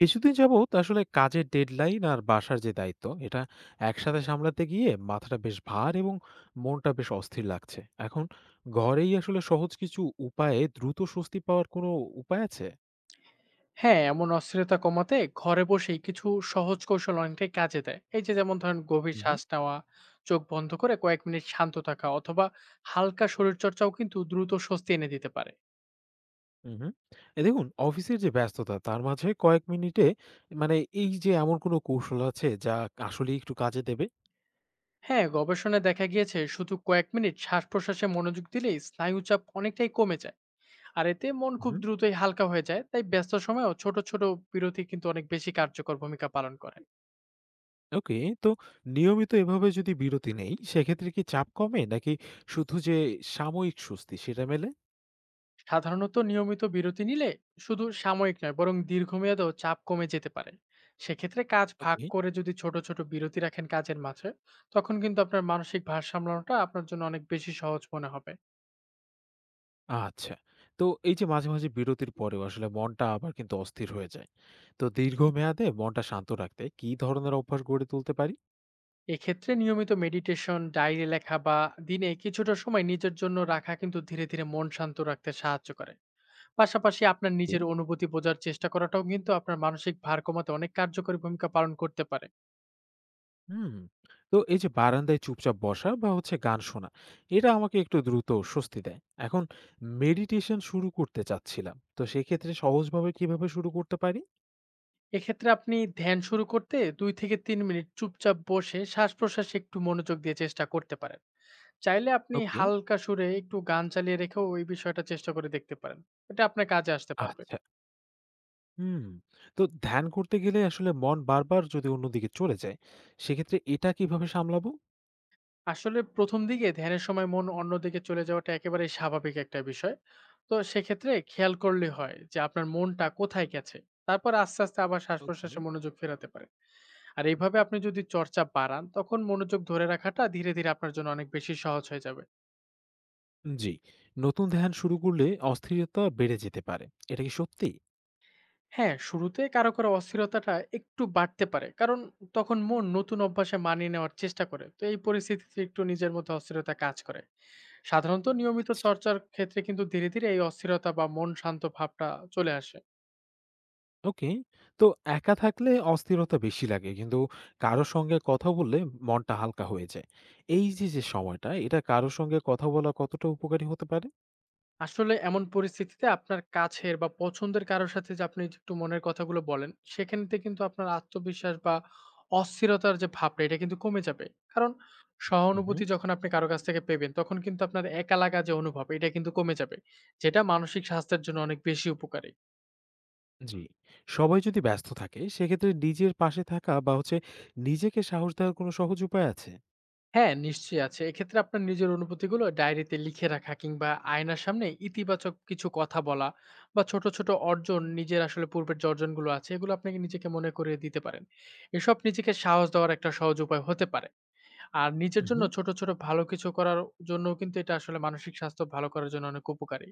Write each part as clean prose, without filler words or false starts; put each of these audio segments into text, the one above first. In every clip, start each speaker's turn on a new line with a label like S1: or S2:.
S1: কিছুদিন যাবত আসলে কাজের ডেডলাইন আর বাসার যে দায়িত্ব, এটা একসাথে সামলাতে গিয়ে মাথাটা বেশ ভার এবং মনটা বেশ অস্থির লাগছে। এখন ঘরেই আসলে সহজ কিছু উপায়ে দ্রুত স্বস্তি পাওয়ার কোনো উপায় আছে?
S2: হ্যাঁ, এমন অস্থিরতা কমাতে ঘরে বসেই কিছু সহজ কৌশল অনেকটাই কাজে দেয়। এই যে যেমন ধরেন গভীর
S1: হুম।
S2: শ্বাস নেওয়া, চোখ বন্ধ করে কয়েক মিনিট শান্ত থাকা অথবা হালকা শরীরচর্চাও কিন্তু দ্রুত স্বস্তি এনে দিতে পারে।
S1: হুম। এ দেখুন, অফিসের যে ব্যস্ততা তার মাঝে কয়েক মিনিটে, মানে এই যে এমন কোনো কৌশল আছে যা আসলে একটু কাজে দেবে?
S2: হ্যাঁ, গবেষণায় দেখা গিয়েছে শুধু কয়েক মিনিট শ্বাস-প্রশ্বাসে মনোযোগ দিলেই স্নায়ুচাপ অনেকটাই কমে যায়। আর এতে মন খুব
S1: হুম।
S2: দ্রুতই হালকা হয়ে যায়। তাই ব্যস্ত সময়েও ছোট, ছোট বিরতি কিন্তু অনেক বেশি কার্যকর ভূমিকা পালন করে।
S1: ওকে। তো নিয়মিত এভাবে যদি বিরতি নেই সেক্ষেত্রে কি চাপ কমে, নাকি শুধু যে সাময়িক স্বস্তি সেটা মেলে?
S2: সাধারণত নিয়মিত বিরতি নিলে শুধু সাময়িক নয় বরং দীর্ঘমেয়াদেও চাপ কমে যেতে পারে। সেক্ষেত্রে কাজ ভাগ
S1: ওকে।
S2: করে যদি ছোট ছোট বিরতি রাখেন কাজের মাঝে, তখন কিন্তু আপনার মানসিক ভারসাম্যটা আপনার জন্য অনেক বেশি সহজ মনে হবে।
S1: আচ্ছা। তো এই যে মাঝে, মাঝে বিরতির পরেও আসলে মনটা আবার কিন্তু অস্থির হয়ে যায়। তো দীর্ঘমেয়াদে মনটা শান্ত রাখতে কি ধরনের অভ্যাস গড়ে তুলতে পারি?
S2: এক্ষেত্রে নিয়মিত মেডিটেশন ডায়েরি লেখা বা দিনে কিছুটা সময় নিজের জন্য রাখা কিন্তু ধীরে ধীরে মন শান্ত রাখতে সাহায্য করে। পাশাপাশি আপনার
S1: ওকে।
S2: নিজের অনুভূতি বোঝার চেষ্টা করাটাও কিন্তু আপনার মানসিক ভার কমাতে অনেক কার্যকরী ভূমিকা পালন করতে পারে।
S1: হুম। তো এই যে বারান্দায় চুপচাপ বসা বা হচ্ছে গান শোনা, এটা আমাকে একটু দ্রুত স্বস্তি দেয়। এখন মেডিটেশন শুরু করতে চাচ্ছিলাম। তো সেক্ষেত্রে সহজভাবে কিভাবে শুরু করতে পারি?
S2: এক্ষেত্রে আপনি ধ্যান শুরু করতে দুই থেকে তিন মিনিট চুপচাপ বসে শ্বাস প্রশ্বাসে একটু মনোযোগ দিয়ে চেষ্টা করতে পারেন। চাইলে আপনি
S1: ওকে।
S2: হালকা সুরে একটু গান চালিয়ে রেখেও ওই বিষয়টা চেষ্টা করে দেখতে পারেন। এটা আপনার কাজে আসতে পারবে।
S1: আচ্ছা। হুম। তো ধ্যান করতে গেলে আসলে মন বারবার যদি অন্যদিকে চলে যায়, সেক্ষেত্রে এটা কিভাবে সামলাবো?
S2: আসলে প্রথম দিকে ধ্যানের সময় মন অন্যদিকে চলে যাওয়াটা একেবারে স্বাভাবিক একটা বিষয়। তো সেক্ষেত্রে খেয়াল করলে হয় যে আপনার মনটা কোথায় গেছে, তারপর আস্তে আস্তে আবার শ্বাস
S1: ওকে।
S2: প্রশ্বাসে মনোযোগ ফেরাতে পারে। আর এইভাবে আপনি যদি চর্চা বাড়ান, তখন মনোযোগ ধরে রাখাটা ধীরে ধীরে আপনার জন্য অনেক বেশি সহজ হয়ে যাবে।
S1: জি, নতুন ধ্যান শুরু করলে অস্থিরতা বেড়ে যেতে পারে। এটা কি সত্যি?
S2: হ্যাঁ, শুরুতে কারো অস্থিরতাটা একটু বাড়তে পারে। কারণ তখন মন নতুন অভ্যাসে মানিয়ে নেওয়ার চেষ্টা করে। তো এই পরিস্থিতিতে একটু নিজের মধ্যে অস্থিরতা কাজ করে। সাধারণত নিয়মিত
S1: আচ্ছা।
S2: চর্চার ক্ষেত্রে কিন্তু ধীরে, ধীরে এই অস্থিরতা বা মন শান্ত ভাবটা চলে আসে।
S1: ওকে। তো একা থাকলে অস্থিরতা বেশি লাগে। কিন্তু কারো সঙ্গে কথা বললে মনটা হালকা হয়ে যায়। এই যে সময়টা, এটা কারো সঙ্গে কথা বলা কতটা উপকারী হতে পারে?
S2: আসলে এমন পরিস্থিতিতে আপনার কাছের বা পছন্দের কারো সাথে যে আপনি একটু মনের কথাগুলো বলেন, সেখানতে কিন্তু আপনার আত্মবিশ্বাস বা অস্থিরতার যে ভাবটা এটা কিন্তু কমে যাবে। কারণ
S1: হুম, হুম।
S2: সহানুভূতি যখন আপনি কারো কাছ থেকে পেবেন, তখন কিন্তু আপনার একা লাগা যে অনুভব এটা কিন্তু কমে যাবে। যেটা মানসিক স্বাস্থ্যের জন্য অনেক বেশি উপকারী।
S1: জি, সবাই যদি ব্যস্ত থাকে সেক্ষেত্রে নিজের পাশে থাকা বা হচ্ছে নিজেকে সাহস দেওয়ার কোনো সহজ উপায় আছে?
S2: হ্যাঁ, নিশ্চয়ই আছে। এক্ষেত্রে আপনার নিজের অনুভূতিগুলো ডায়েরিতে লিখে রাখা কিংবা আয়নার সামনে ইতিবাচক কিছু কথা বলা বা ছোট, ছোট অর্জন নিজের আসলে পূর্বের যে অর্জনগুলো আছে এগুলো আপনাকে নিজেকে মনে করিয়ে দিতে পারেন। এসব নিজেকে সাহস দেওয়ার একটা সহজ উপায় হতে পারে। আর নিজের
S1: হুম,
S2: জন্য
S1: হুম।
S2: ছোট, ছোট ভালো কিছু করার জন্যও কিন্তু এটা আসলে মানসিক স্বাস্থ্য ভালো করার জন্য অনেক উপকারী।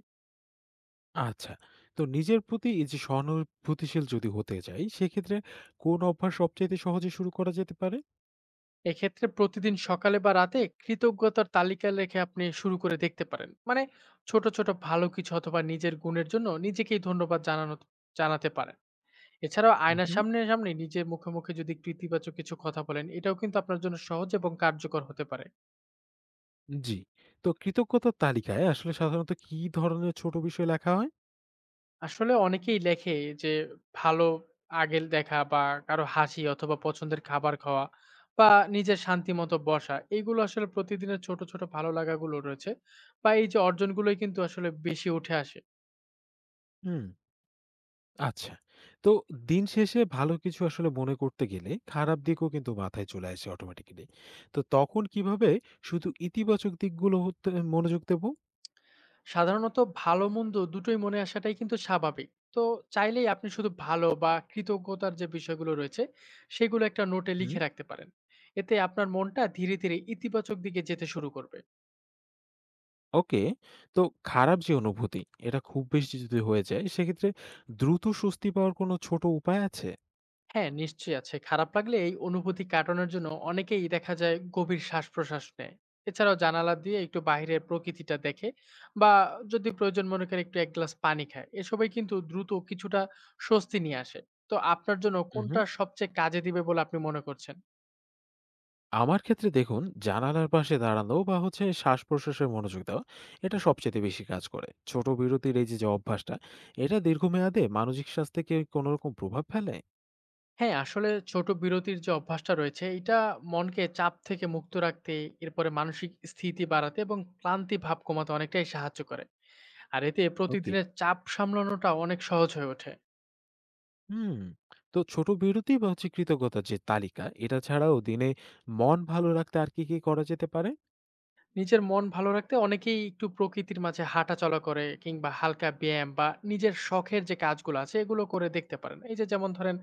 S1: আচ্ছা। তো নিজের প্রতি এই যে সহানুভূতিশীল যদি হতে যাই, সেক্ষেত্রে কোন অভ্যাস সবচাইতে সহজে শুরু করা যেতে পারে?
S2: এক্ষেত্রে প্রতিদিন সকালে বা রাতে কৃতজ্ঞতার তালিকা লেখে আপনি শুরু করে দেখতে পারেন। মানে ছোট, ছোট ভালো কিছু অথবা নিজের গুণের জন্য নিজেকেই ধন্যবাদ জানানো জানাতে পারেন। এছাড়াও
S1: হু,
S2: আয়নার
S1: হু।
S2: সামনে-সামনি নিজের মুখে, মুখে যদি একটু ইতিবাচক কিছু কথা বলেন, এটাও কিন্তু আপনার জন্য সহজ এবং কার্যকর হতে পারে।
S1: জি। তো কৃতজ্ঞতার তালিকায় আসলে সাধারণত কি ধরনের ছোট বিষয় লেখা হয়?
S2: আসলে অনেকেই লেখে যে ভালো আগের দেখা বা কারো হাসি অথবা পছন্দের খাবার খাওয়া বা নিজের শান্তিমতো বসা, এগুলো আসলে প্রতিদিনের ছোট, ছোট ভালো লাগাগুলো রয়েছে বা এই যে অর্জনগুলোই কিন্তু আসলে বেশি উঠে আসে।
S1: হুম। আচ্ছা। তো দিন শেষে ভালো কিছু আসলে মনে করতে গেলে খারাপ দিকও কিন্তু মাথায় চলে আসে অটোমেটিক্যালি। তো তখন কিভাবে শুধু ইতিবাচক দিকগুলো হতে মনোযোগ দেব?
S2: সাধারণত ভালো মন্দ দুটোই মনে আসাটাই কিন্তু স্বাভাবিক। তো চাইলেই আপনি শুধু ভালো বা কৃতজ্ঞতার যে বিষয়গুলো রয়েছে, সেগুলো একটা নোটে লিখে রাখতে পারেন। এতে আপনার মনটা ধীরে, ধীরে ইতিবাচক দিকে যেতে শুরু করবে।
S1: ওকে। তো খারাপ যে অনুভূতি, এটা খুব বেশি যদি হয়ে যায়, সেক্ষেত্রে দ্রুত স্বস্তি পাওয়ার কোনো ছোট উপায় আছে?
S2: হ্যাঁ, নিশ্চয়ই আছে। খারাপ লাগলে এই অনুভূতি কাটানোর জন্য অনেকেই দেখা যায় গভীর শ্বাস-প্রশ্বাস নেয়। এছাড়াও জানালা দিয়ে একটু বাহিরের প্রকৃতিটা দেখে বা যদি প্রয়োজন মনে করে একটু ১ গ্লাস পানি খায়। এসবই কিন্তু দ্রুত কিছুটা স্বস্তি নিয়ে আসে। তো আপনার জন্য
S1: উহু।
S2: কোনটা সবচেয়ে কাজে দিবে বলে আপনি মনে করছেন?
S1: আমার ক্ষেত্রে দেখুন, জানালার পাশে দাঁড়ানো বা হচ্ছে শ্বাসপ্রশ্বাসে মনোযোগ দেওয়া, এটা সবচাইতে বেশি কাজ করে। ছোট বিরতির এই যে অভ্যাসটা, এটা দীর্ঘমেয়াদে মানসিক স্বাস্থ্যে কি কোনো রকম প্রভাব ফেলে?
S2: হ্যাঁ, আসলে ছোট বিরতির যে অভ্যাসটা রয়েছে, এটা মনকে চাপ থেকে মুক্ত রাখতে, এরপরে মানসিক স্থিতি বাড়াতে এবং ক্লান্তি ভাব কমাতে অনেকটাই সাহায্য করে। আর এতে
S1: ওকে।
S2: প্রতিদিনের চাপ সামলানোটা অনেক সহজ হয়ে ওঠে।
S1: হুম। তো ছোট বিরতি বা হচ্ছে কৃতজ্ঞতার যে তালিকা, এটা ছাড়াও দিনে মন ভালো রাখতে আর কি, কি করা যেতে পারে?
S2: নিজের মন ভালো রাখতে অনেকেই একটু প্রকৃতির মাঝে হাঁটাচলা করে কিংবা হালকা ব্যায়াম বা নিজের শখের যে কাজগুলো আছে এগুলো করে দেখতে পারেন। এই যে যেমন ধরেন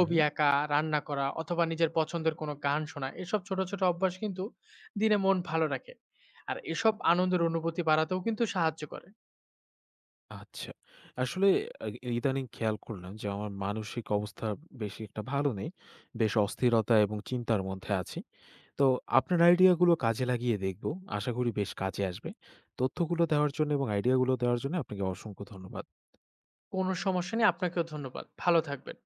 S1: উহু।
S2: আঁকা, রান্না করা অথবা নিজের পছন্দের কোনো গান শোনা, এসব ছোট ছোট অভ্যাস কিন্তু দিনে মন ভালো রাখে, আর এসব আনন্দের অনুভূতি বাড়াতেও কিন্তু সাহায্য করে।
S1: আচ্ছা। আসলে আ ইদানিং খেয়াল করলাম যে আমার মানসিক অবস্থা বেশি একটা ভালো নেই। বেশ অস্থিরতা এবং চিন্তার মধ্যে আছি। তো আপনার আইডিয়াগুলো কাজে লাগিয়ে দেখব। আশা করি বেশ কাজে আসবে। তথ্যগুলো দেওয়ার জন্য এবং আইডিয়াগুলো দেওয়ার জন্য আপনাকে অসংখ্য ধন্যবাদ।
S2: কোনো সমস্যা নেই, আপনাকেও ধন্যবাদ, ভালো থাকবেন।